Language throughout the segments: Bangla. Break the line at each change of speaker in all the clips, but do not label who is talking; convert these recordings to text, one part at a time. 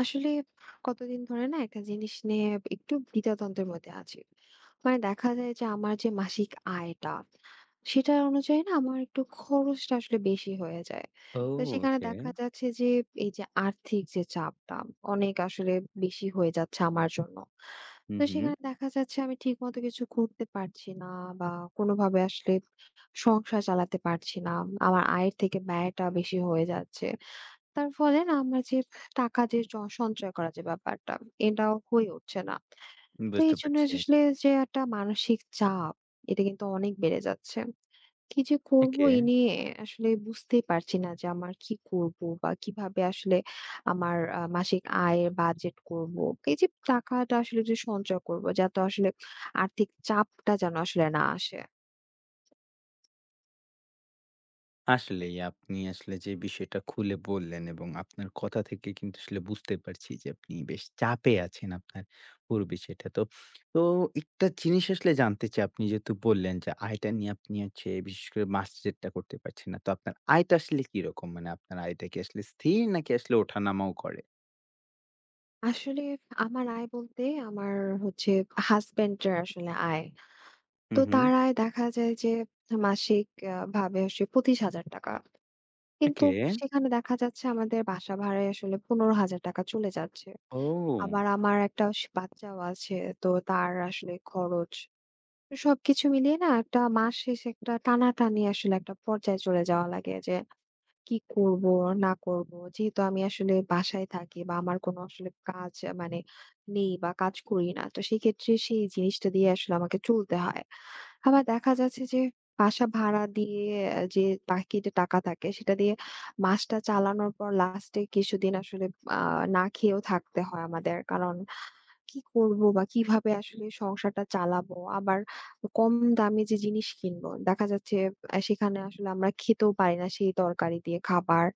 আসলে কতদিন ধরে না একটা জিনিস নিয়ে একটু দ্বিধাদ্বন্দ্বের মধ্যে আছি। মানে দেখা যায় যে আমার যে মাসিক আয়টা, সেটার অনুযায়ী না আমার একটু খরচটা আসলে বেশি হয়ে যায়।
ও
তো সেখানে
ওকে।
দেখা যাচ্ছে যে এই যে আর্থিক যে চাপটা অনেক আসলে বেশি হয়ে যাচ্ছে আমার জন্য।
হুম,
তো
হুম।
সেখানে দেখা যাচ্ছে আমি ঠিকমতো কিছু করতে পারছি না, বা কোনোভাবে আসলে সংসার চালাতে পারছি না। আমার আয়ের থেকে ব্যয়টা বেশি হয়ে যাচ্ছে। তার ফলে না আমার যে টাকা যে সঞ্চয় করার যে ব্যাপারটা, এটাও হয়ে উঠছে না। তো
বুঝতে
এইজন্য
পারছি।
আসলে যে একটা মানসিক চাপ, এটা কিন্তু অনেক বেড়ে যাচ্ছে। কি যে করবো
ওকে।
এই নিয়ে আসলে বুঝতেই পারছি না যে আমার কি করবো, বা কিভাবে আসলে আমার মাসিক আয়ের বাজেট করবো। এই যে টাকাটা আসলে যে সঞ্চয় করবো, যাতে আসলে আর্থিক চাপটা যেন আসলে না আসে।
আসলেই আপনি আসলে যে বিষয়টা খুলে বললেন এবং আপনার কথা থেকে কিন্তু আসলে বুঝতে পারছি যে আপনি বেশ চাপে আছেন আপনার পুরো বিষয়টা। তো, একটা জিনিস আসলে জানতে চাই আপনি যেহেতু বললেন যে আয়টা নিয়ে আপনি হচ্ছে বিশেষ করে মাস্টারেরটা করতে পারছেন না। তো আপনার আয়টা আসলে কিরকম? মানে আপনার আয়টা কি আসলে স্থির নাকি আসলে ওঠানামাও করে?
আসলে আমার আয় বলতে আমার হচ্ছে হাসব্যান্ড এর আসলে আয়। তো
হুম, হুম।
তারায় দেখা যায় যে মাসিক ভাবে আসে ২৫,০০০ টাকা। কিন্তু
ওকে।
সেখানে দেখা যাচ্ছে আমাদের বাসা ভাড়ায় আসলে ১৫,০০০ টাকা চলে যাচ্ছে।
ও!
আবার আমার একটা বাচ্চাও আছে। তো তার আসলে খরচ। তো সবকিছু মিলিয়ে না একটা মাস শেষে একটা টানাটানি আসলে একটা পর্যায়ে চলে যাওয়া লাগে যে কি করব না করব। যেহেতু আমি আসলে বাসায় থাকি, বা আমার কোনো আসলে কাজ মানে নেই, বা কাজ করি না। তো সেক্ষেত্রে সেই জিনিসটা দিয়ে আসলে আমাকে চলতে হয়। আবার দেখা যাচ্ছে যে বাসা ভাড়া দিয়ে যে বাকি যে টাকা থাকে সেটা দিয়ে মাসটা চালানোর পর লাস্টে কিছুদিন আসলে আ না খেয়েও থাকতে হয় আমাদের। কারণ কি করবো, বা কিভাবে আসলে সংসারটা চালাবো? আবার কম দামে যে জিনিস কিনবো, দেখা যাচ্ছে সেখানে আসলে আমরা খেতেও পারি না সেই তরকারি দিয়ে খাবার,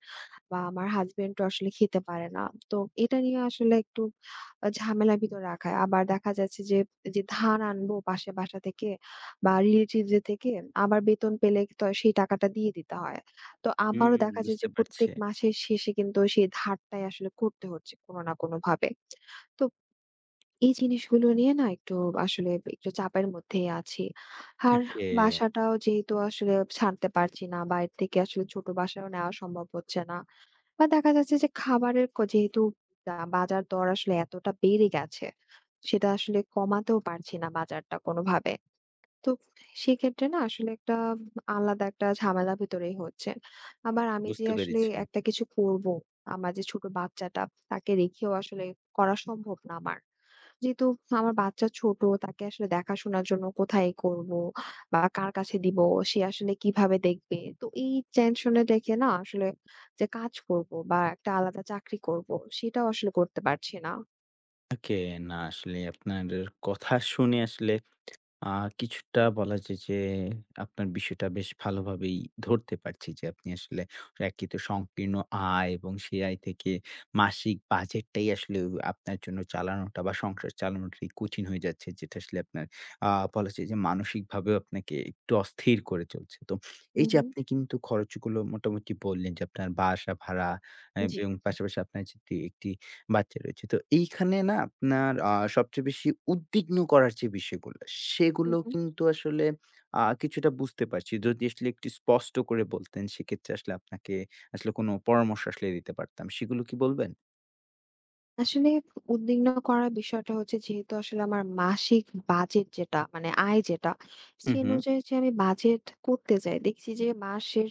বা আমার হাসব্যান্ডও আসলে খেতে পারে না। তো এটা নিয়ে আসলে একটু ঝামেলার ভিতর রাখা। আবার দেখা যাচ্ছে যে ধান আনবো পাশের বাসা থেকে, বা রিলেটিভস দের থেকে, আবার বেতন পেলে তো সেই টাকাটা দিয়ে দিতে হয়। তো
হুম,
আবারও দেখা যায়
বুঝতে
যে প্রত্যেক
পারছি।
মাসের শেষে কিন্তু সেই ধারটাই আসলে করতে হচ্ছে কোনো না কোনোভাবে। তো এই জিনিসগুলো নিয়ে না একটু আসলে একটু চাপের মধ্যেই আছি। আর
ওকে,
বাসাটাও যেহেতু আসলে ছাড়তে পারছি না, বাইরে থেকে আসলে ছোট বাসাও নেওয়া সম্ভব হচ্ছে না। বা দেখা যাচ্ছে যে খাবারের যেহেতু বাজার দর আসলে এতটা বেড়ে গেছে, সেটা আসলে কমাতেও পারছি না বাজারটা কোনোভাবে। তো সেক্ষেত্রে না আসলে একটা আলাদা একটা ঝামেলার ভেতরেই হচ্ছে। আবার আমি যে
বুঝতে
আসলে
পেরেছি।
একটা কিছু করবো, আমার যে ছোট বাচ্চাটা তাকে রেখেও আসলে করা সম্ভব না আমার। যেহেতু আমার বাচ্চা ছোট, তাকে আসলে দেখাশোনার জন্য কোথায় করব, বা কার কাছে দিব, সে আসলে কিভাবে দেখবে? তো এই টেনশনে রেখে না আসলে যে কাজ করব, বা একটা আলাদা চাকরি করব, সেটাও আসলে করতে পারছি না।
ওকে, না আসলে আপনার কথা শুনে আসলে আ কিছুটা বলা যায় যে আপনার বিষয়টা বেশ ভালোভাবেই ধরতে পারছি যে আপনি আসলে একই তো সংকীর্ণ আয় এবং সেই আয় থেকে মাসিক বাজেটটাই আসলে আপনার জন্য চালানোটা বা সংসার চালানোটাই কঠিন হয়ে যাচ্ছে। যেটা আসলে আপনার আ বলা যায় যে মানসিকভাবেও আপনাকে একটু অস্থির করে চলছে। তো এই
হুম,
যে
হুম।
আপনি কিন্তু খরচগুলো মোটামুটি বললেন যে আপনার বাসা ভাড়া
জি।
এবং পাশাপাশি আপনার যে একটি বাচ্চা রয়েছে। তো এইখানে না আপনার সবচেয়ে বেশি উদ্বিগ্ন করার যে বিষয়গুলো,
হুম,
সেগুলো
হুম।
কিন্তু আসলে কিছুটা বুঝতে পারছি। যদি আসলে একটু স্পষ্ট করে বলতেন, সেক্ষেত্রে আসলে আপনাকে আসলে কোনো পরামর্শ আসলে দিতে পারতাম। সেগুলো কি বলবেন?
আসলে উদ্বিগ্ন করার বিষয়টা হচ্ছে, যেহেতু আসলে আমার মাসিক বাজেট যেটা মানে আয় যেটা,
হু,
সে
হু।
অনুযায়ী যে আমি বাজেট করতে যাই, দেখছি যে মাসের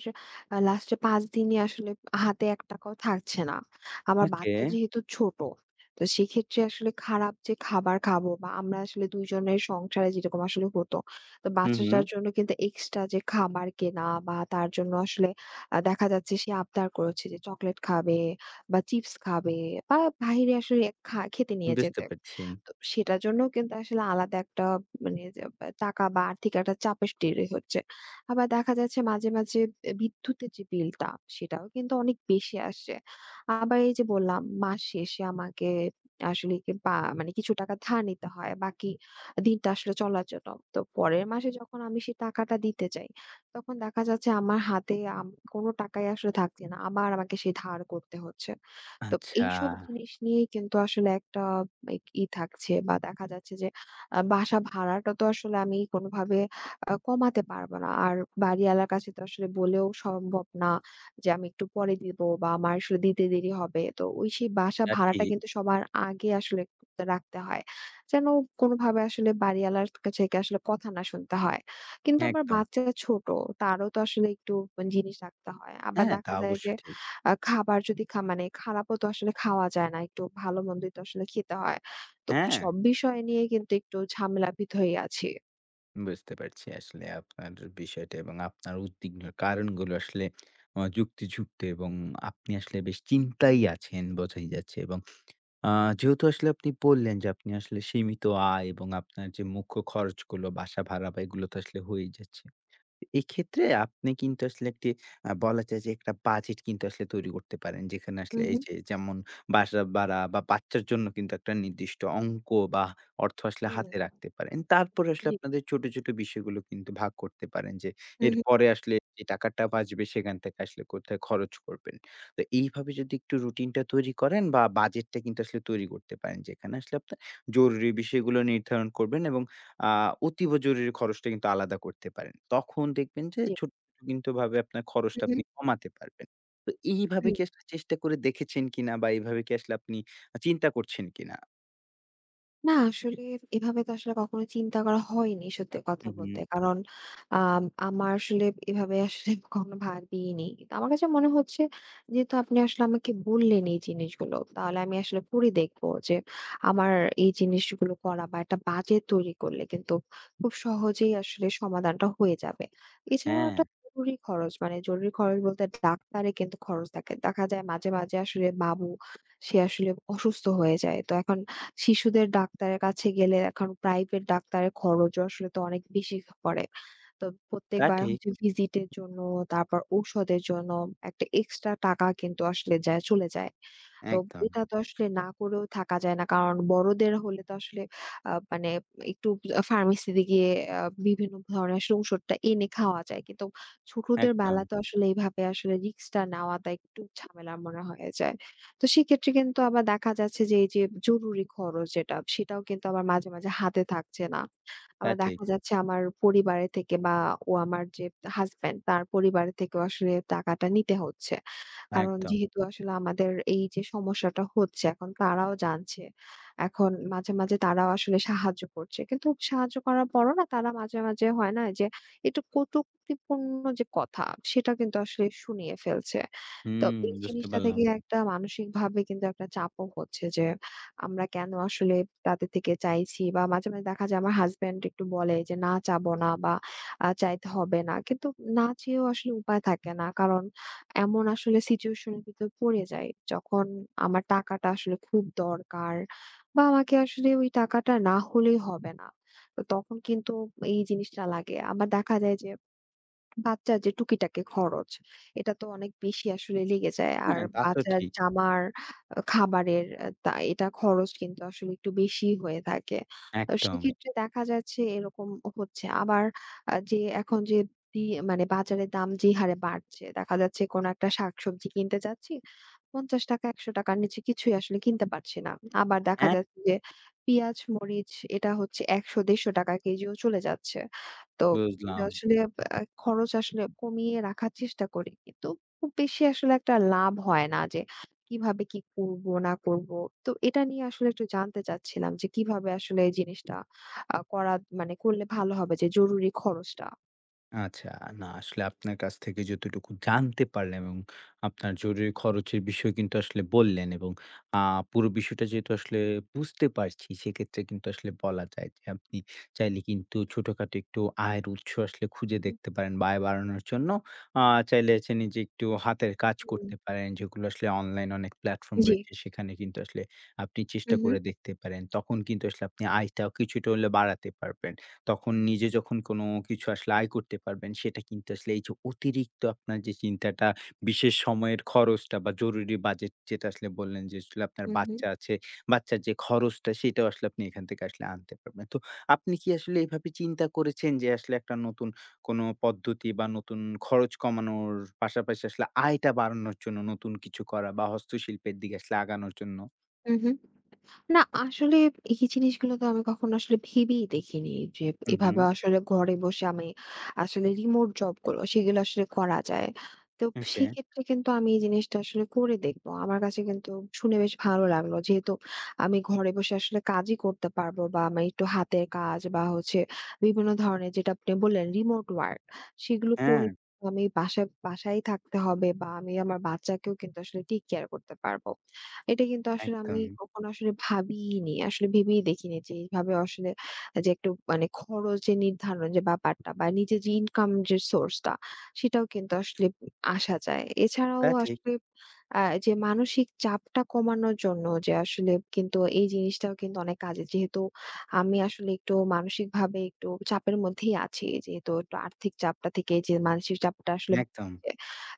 লাস্টে ৫ দিনই আসলে হাতে এক টাকাও থাকছে না। আমার
ওকে।
বাচ্চা যেহেতু ছোট, তো সেক্ষেত্রে আসলে খারাপ যে খাবার খাবো, বা আমরা আসলে দুইজনের সংসারে যেরকম আসলে হতো, তো
হু, হু।
বাচ্চাটার জন্য কিন্তু এক্সট্রা যে খাবার কেনা বা তার জন্য আসলে দেখা যাচ্ছে সে আবদার করেছে যে চকলেট খাবে, বা চিপস খাবে, বা বাহিরে আসলে খেতে নিয়ে
বুঝতে
যেতে।
পারছি।
তো সেটার জন্যও কিন্তু আসলে আলাদা একটা মানে যে বা টাকা বা আর্থিক একটা চাপের তৈরি হচ্ছে। আবার দেখা যাচ্ছে মাঝে, মাঝে বিদ্যুতের যে বিলটা, সেটাও কিন্তু অনেক বেশি আসছে। আবার এই যে বললাম, মাস শেষে আমাকে আসলে কি বা মানে কিছু টাকা ধার নিতে হয় বাকি দিনটা আসলে চলার জন্য। তো পরের মাসে যখন আমি সেই টাকাটা দিতে যাই, তখন দেখা যাচ্ছে আমার হাতে কোনো টাকাই আসলে থাকছে না। আবার আমাকে সেই ধার করতে হচ্ছে। তো
আচ্ছা।
এইসব জিনিস নিয়েই কিন্তু আসলে একটা এক ই থাকছে, বা দেখা যাচ্ছে যে বাসা ভাড়াটা তো আসলে আমি কোনোভাবে কমাতে পারব না। আর বাড়িওয়ালার কাছে তো আসলে বলেও সম্ভব না যে আমি একটু পরে দিব, বা আমার আসলে দিতে দেরি হবে। তো ওই সেই বাসা
তা
ভাড়াটা
ঠিক।
কিন্তু সবার আগে আসলে রাখতে হয়। যেন কোনোভাবে আসলে বাড়িওয়ালার কাছে থেকে আসলে কথা না শুনতে হয়। কিন্তু আবার
একদম।
বাচ্চা ছোট, তারও তো আসলে একটু জিনিস রাখতে হয়। আবার
হ্যাঁ, তা
দেখা যায়
অবশ্য
যে
ঠিক।
খাবার যদি মানে খারাপও তো আসলে খাওয়া যায় না। একটু ভালো-মন্দই তো আসলে খেতে হয়। তো
হ্যাঁ।
সব বিষয় নিয়ে কিন্তু একটু ঝামেলার ভিতরেই আছি।
বুঝতে পারছি আসলে আপনার বিষয়টা এবং আপনার উদ্বিগ্ন কারণগুলো আসলে যুক্তিযুক্ত এবং আপনি আসলে বেশ চিন্তায় আছেন বোঝাই যাচ্ছে এবং আ যেহেতু আসলে আপনি বললেন যে আপনি আসলে সীমিত আয় এবং আপনার যে মুখ্য খরচগুলো বাসা ভাড়া বা এগুলো তো আসলে হয়েই যাচ্ছে। এক্ষেত্রে আপনি কিন্তু আসলে একটি বলা যায় যে একটা বাজেট কিন্তু আসলে তৈরি করতে পারেন। যেখানে
হু,
আসলে
হু।
এই যে যেমন বাসা ভাড়া বা বাচ্চার জন্য কিন্তু একটা নির্দিষ্ট অঙ্ক বা অর্থ আসলে
হুম,
হাতে রাখতে পারেন। তারপরে আসলে
জি।
আপনাদের ছোট, ছোট বিষয়গুলো কিন্তু ভাগ করতে পারেন যে
হু, হু,
এরপরে আসলে যে টাকাটা বাঁচবে সেখান থেকে আসলে কোথায় খরচ করবেন। তো এইভাবে যদি একটু রুটিনটা তৈরি করেন বা বাজেটটা কিন্তু আসলে তৈরি করতে পারেন। যেখানে আসলে আপনার জরুরি বিষয়গুলো নির্ধারণ করবেন এবং আ অতীব জরুরি খরচটা কিন্তু আলাদা করতে পারেন। তখন দেখবেন যে
জি।
ছোট, ছোট কিন্তু ভাবে আপনার
হু,
খরচটা
হু,
আপনি কমাতে পারবেন। তো
হু।
এইভাবে কি আসলে চেষ্টা করে দেখেছেন কিনা বা এইভাবে কি আসলে আপনি চিন্তা করছেন কিনা?
না আসলে এভাবে তো আসলে কখনো চিন্তা করা হয়নি সত্যি কথা
হু, হু।
বলতে। কারণ আমার আসলে এভাবে আসলে কখনো ভাবিনি। তো আমার কাছে মনে হচ্ছে, যেহেতু আপনি আসলে আমাকে বললেন এই জিনিসগুলো, তাহলে আমি আসলে করে দেখবো যে আমার এই জিনিসগুলো করা বা একটা বাজেট তৈরি করলে কিন্তু খুব সহজেই আসলে সমাধানটা হয়ে যাবে। এছাড়াও
হ্যাঁ,
একটা জরুরি খরচ, মানে জরুরি খরচ বলতে ডাক্তারে কিন্তু খরচ থাকে। দেখা যায় মাঝে, মাঝে আসলে বাবু সে আসলে অসুস্থ হয়ে যায়। তো এখন শিশুদের ডাক্তারের কাছে গেলে এখন প্রাইভেট ডাক্তারের খরচও আসলে তো অনেক বেশি পড়ে। তো
তা
প্রত্যেকবার
ঠিক।
হচ্ছে ভিজিটের জন্য, তারপর ঔষধের জন্য একটা এক্সট্রা টাকা কিন্তু আসলে যায় চলে যায়। তো
একদম,
এটা তো আসলে না করেও থাকা যায় না। কারণ বড়দের হলে তো আসলে মানে একটু ফার্মেসিতে গিয়ে আ বিভিন্ন ধরনের আসলে ঔষধটা এনে খাওয়া যায়। কিন্তু ছোটদের
একদম।
বেলা তো আসলে এইভাবে আসলে রিস্কটা নেওয়াটা একটু ঝামেলার মনে হয়ে যায়। তো সেক্ষেত্রে কিন্তু আবার দেখা যাচ্ছে যে, এই যে জরুরি খরচ যেটা সেটাও কিন্তু আবার মাঝে, মাঝে হাতে থাকছে না।
তা
আবার
ঠিক।
দেখা যাচ্ছে আমার পরিবারের থেকে, বা ও আমার যে হাসব্যান্ড তার পরিবারের থেকেও আসলে টাকাটা নিতে হচ্ছে। কারণ
একদম।
যেহেতু আসলে আমাদের এই যে সমস্যাটা হচ্ছে, এখন তারাও জানছে। এখন মাঝে, মাঝে তারাও আসলে সাহায্য করছে। কিন্তু সাহায্য করার পরও না তারা মাঝে, মাঝে হয় না যে একটু কটূক্তিপূর্ণ যে কথা, সেটা কিন্তু আসলে শুনিয়ে ফেলছে। তো
হুম,
এই
বুঝতে
জিনিসটা থেকে
পারলাম।
একটা মানসিকভাবে কিন্তু একটা চাপও হচ্ছে যে আমরা কেন আসলে তাদের থেকে চাইছি, বা মাঝে, মাঝে দেখা যায় আমার হাসব্যান্ড একটু বলে যে না চাবো না, বা চাইতে হবে না। কিন্তু না চেয়েও আসলে উপায় থাকে না। কারণ এমন আসলে সিচুয়েশন এর ভিতর পড়ে যাই, যখন আমার টাকাটা আসলে খুব দরকার, বা আমাকে আসলে ওই টাকাটা না হলেই হবে না। তো তখন কিন্তু এই জিনিসটা লাগে। আবার দেখা যায় যে বাচ্চার যে টুকিটাকি খরচ, এটা তো অনেক বেশি আসলে লেগে যায়। আর
হ্যাঁ,
হুম।
তা তো
বাচ্চার
ঠিক।
জামার, খাবারের তা এটা খরচ কিন্তু আসলে একটু বেশিই হয়ে থাকে। তো
একদম।
সেক্ষেত্রে দেখা যাচ্ছে এরকম হচ্ছে। আবার যে এখন যে দি মানে বাজারের দাম যে হারে বাড়ছে, দেখা যাচ্ছে কোনো একটা শাকসবজি কিনতে যাচ্ছি, ৳৫০ ৳100 র নিচে কিছুই আসলে কিনতে পারছি না। আবার দেখা
হ্যাঁ,
যাচ্ছে যে পেঁয়াজ, মরিচ এটা হচ্ছে ৳১০০-৳১৫০ কেজিও চলে যাচ্ছে। তো যে
বুঝলাম।
আসলে খরচ আসলে কমিয়ে রাখার চেষ্টা করি। কিন্তু খুব বেশি আসলে একটা লাভ হয় না যে কিভাবে কি করব না করব। তো এটা নিয়ে আসলে একটু জানতে চাচ্ছিলাম যে কিভাবে আসলে এই জিনিসটা করা মানে করলে ভালো হবে যে জরুরি খরচটা?
আচ্ছা। না আসলে আপনার কাছ থেকে যতটুকু জানতে পারলাম এবং আপনার জরুরি খরচের বিষয় কিন্তু আসলে বললেন এবং আ পুরো বিষয়টা যেহেতু আসলে বুঝতে পারছি সেক্ষেত্রে কিন্তু আসলে বলা যায় যে আপনি চাইলে কিন্তু ছোটখাটো একটু আয়ের উৎস আসলে খুঁজে
হুম,
দেখতে পারেন বা আয় বাড়ানোর জন্য আ চাইলে হচ্ছে নিজে একটু হাতের কাজ
হুম।
করতে পারেন। যেগুলো আসলে অনলাইন অনেক প্ল্যাটফর্ম
জি।
রয়েছে সেখানে কিন্তু আসলে আপনি
হু,
চেষ্টা
হু।
করে দেখতে পারেন। তখন কিন্তু আসলে আপনি আয়টাও কিছুটা হলে বাড়াতে পারবেন। তখন নিজে যখন কোনো কিছু আসলে আয় করতে পারবেন, সেটা কিন্তু আসলে এই যে অতিরিক্ত আপনার যে চিন্তাটা, বিশেষ সময়ের খরচটা বা জরুরি বাজেট যেটা আসলে বললেন যে আসলে আপনার
হু, হু।
বাচ্চা আছে, বাচ্চার যে খরচটা সেটাও আসলে আপনি এখান থেকে আসলে আনতে পারবেন। তো আপনি কি আসলে এভাবে চিন্তা করেছেন যে আসলে একটা নতুন কোনো পদ্ধতি বা নতুন খরচ কমানোর পাশাপাশি আসলে আয়টা বাড়ানোর জন্য নতুন কিছু করা বা হস্তশিল্পের দিকে আসলে আগানোর জন্য?
হু, হু। না আসলে এই জিনিসগুলো তো আমি কখনো আসলে ভেবেই দেখিনি যে
হুম, হুম।
এভাবে আসলে ঘরে বসে আমি আসলে রিমোট জব গুলো সেগুলো আসলে করা যায়। তো
ওকে।
সেক্ষেত্রে কিন্তু আমি এই জিনিসটা আসলে করে দেখবো। আমার কাছে কিন্তু শুনে বেশ ভালো লাগলো, যেহেতু আমি ঘরে বসে আসলে কাজই করতে পারবো, বা আমি একটু হাতের কাজ বা হচ্ছে বিভিন্ন ধরনের যেটা আপনি বললেন রিমোট ওয়ার্ক, সেগুলো
হ্যাঁ,
করলে আমি বাসায় বাসায় থাকতে হবে, বা আমি আমার বাচ্চাকেও কিন্তু আসলে টেক কেয়ার করতে পারবো। এটা কিন্তু আসলে আমি
একদম।
কখনো আসলে ভাবিইনি। আসলে ভেবেই দেখিনি যে এইভাবে আসলে যে একটু মানে খরচের নির্ধারণ যে ব্যাপারটা, বা নিজের যে ইনকাম যে সোর্সটা, সেটাও কিন্তু আসলে আসা যায়। এছাড়াও
তা ঠিক।
আসলে যে মানসিক চাপটা কমানোর জন্য যে আসলে কিন্তু এই জিনিসটাও কিন্তু অনেক কাজে। যেহেতু আমি আসলে একটু মানসিকভাবে একটু চাপের মধ্যেই আছি। যেহেতু একটু আর্থিক চাপটা থেকে যে মানসিক চাপটা আসলে,
একদম।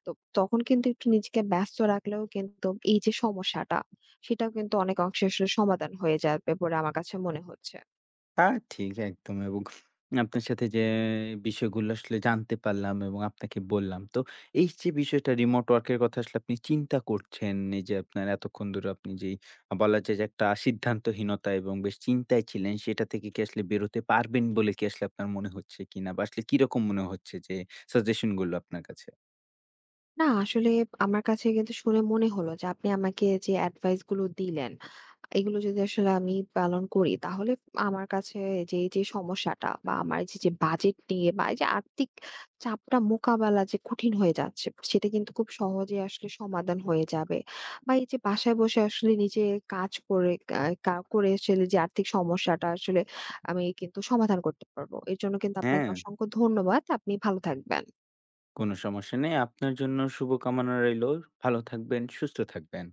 তো তখন কিন্তু একটু নিজেকে ব্যস্ত রাখলেও কিন্তু এই যে সমস্যাটা, সেটাও কিন্তু অনেক অংশে আসলে সমাধান হয়ে যাবে বলে আমার কাছে মনে হচ্ছে।
তা ঠিক একদম এবং আপনার সাথে যে বিষয়গুলো আসলে জানতে পারলাম এবং আপনাকে বললাম। তো এই যে বিষয়টা রিমোট ওয়ার্কের কথা আসলে আপনি চিন্তা করছেন, এই যে আপনার এতক্ষণ ধরে আপনি যেই বলা যায় যে একটা সিদ্ধান্তহীনতা এবং বেশ চিন্তায় ছিলেন সেটা থেকে কি আসলে বেরোতে পারবেন বলে কি আসলে আপনার মনে হচ্ছে কিনা? বা আসলে কিরকম মনে হচ্ছে যে সাজেশন গুলো আপনার কাছে?
না আসলে আমার কাছে কিন্তু শুনে মনে হলো যে আপনি আমাকে যে এডভাইস গুলো দিলেন, এগুলো যদি আসলে আমি পালন করি, তাহলে আমার কাছে যে সমস্যাটা, বা আমার এই যে বাজেট নিয়ে বা এই যে আর্থিক চাপটা মোকাবেলা যে কঠিন হয়ে যাচ্ছে, সেটা কিন্তু খুব সহজে আসলে সমাধান হয়ে যাবে। বা এই যে বাসায় বসে আসলে নিজে কাজ করে, আ কা করে আসলে যে আর্থিক সমস্যাটা আসলে আমি কিন্তু সমাধান করতে পারবো। এর জন্য কিন্তু আপনাকে
হ্যাঁ,
অসংখ্য ধন্যবাদ। আপনি ভালো থাকবেন।
কোনো সমস্যা নেই। আপনার জন্য শুভকামনা রইলো। ভালো থাকবেন, সুস্থ থাকবেন।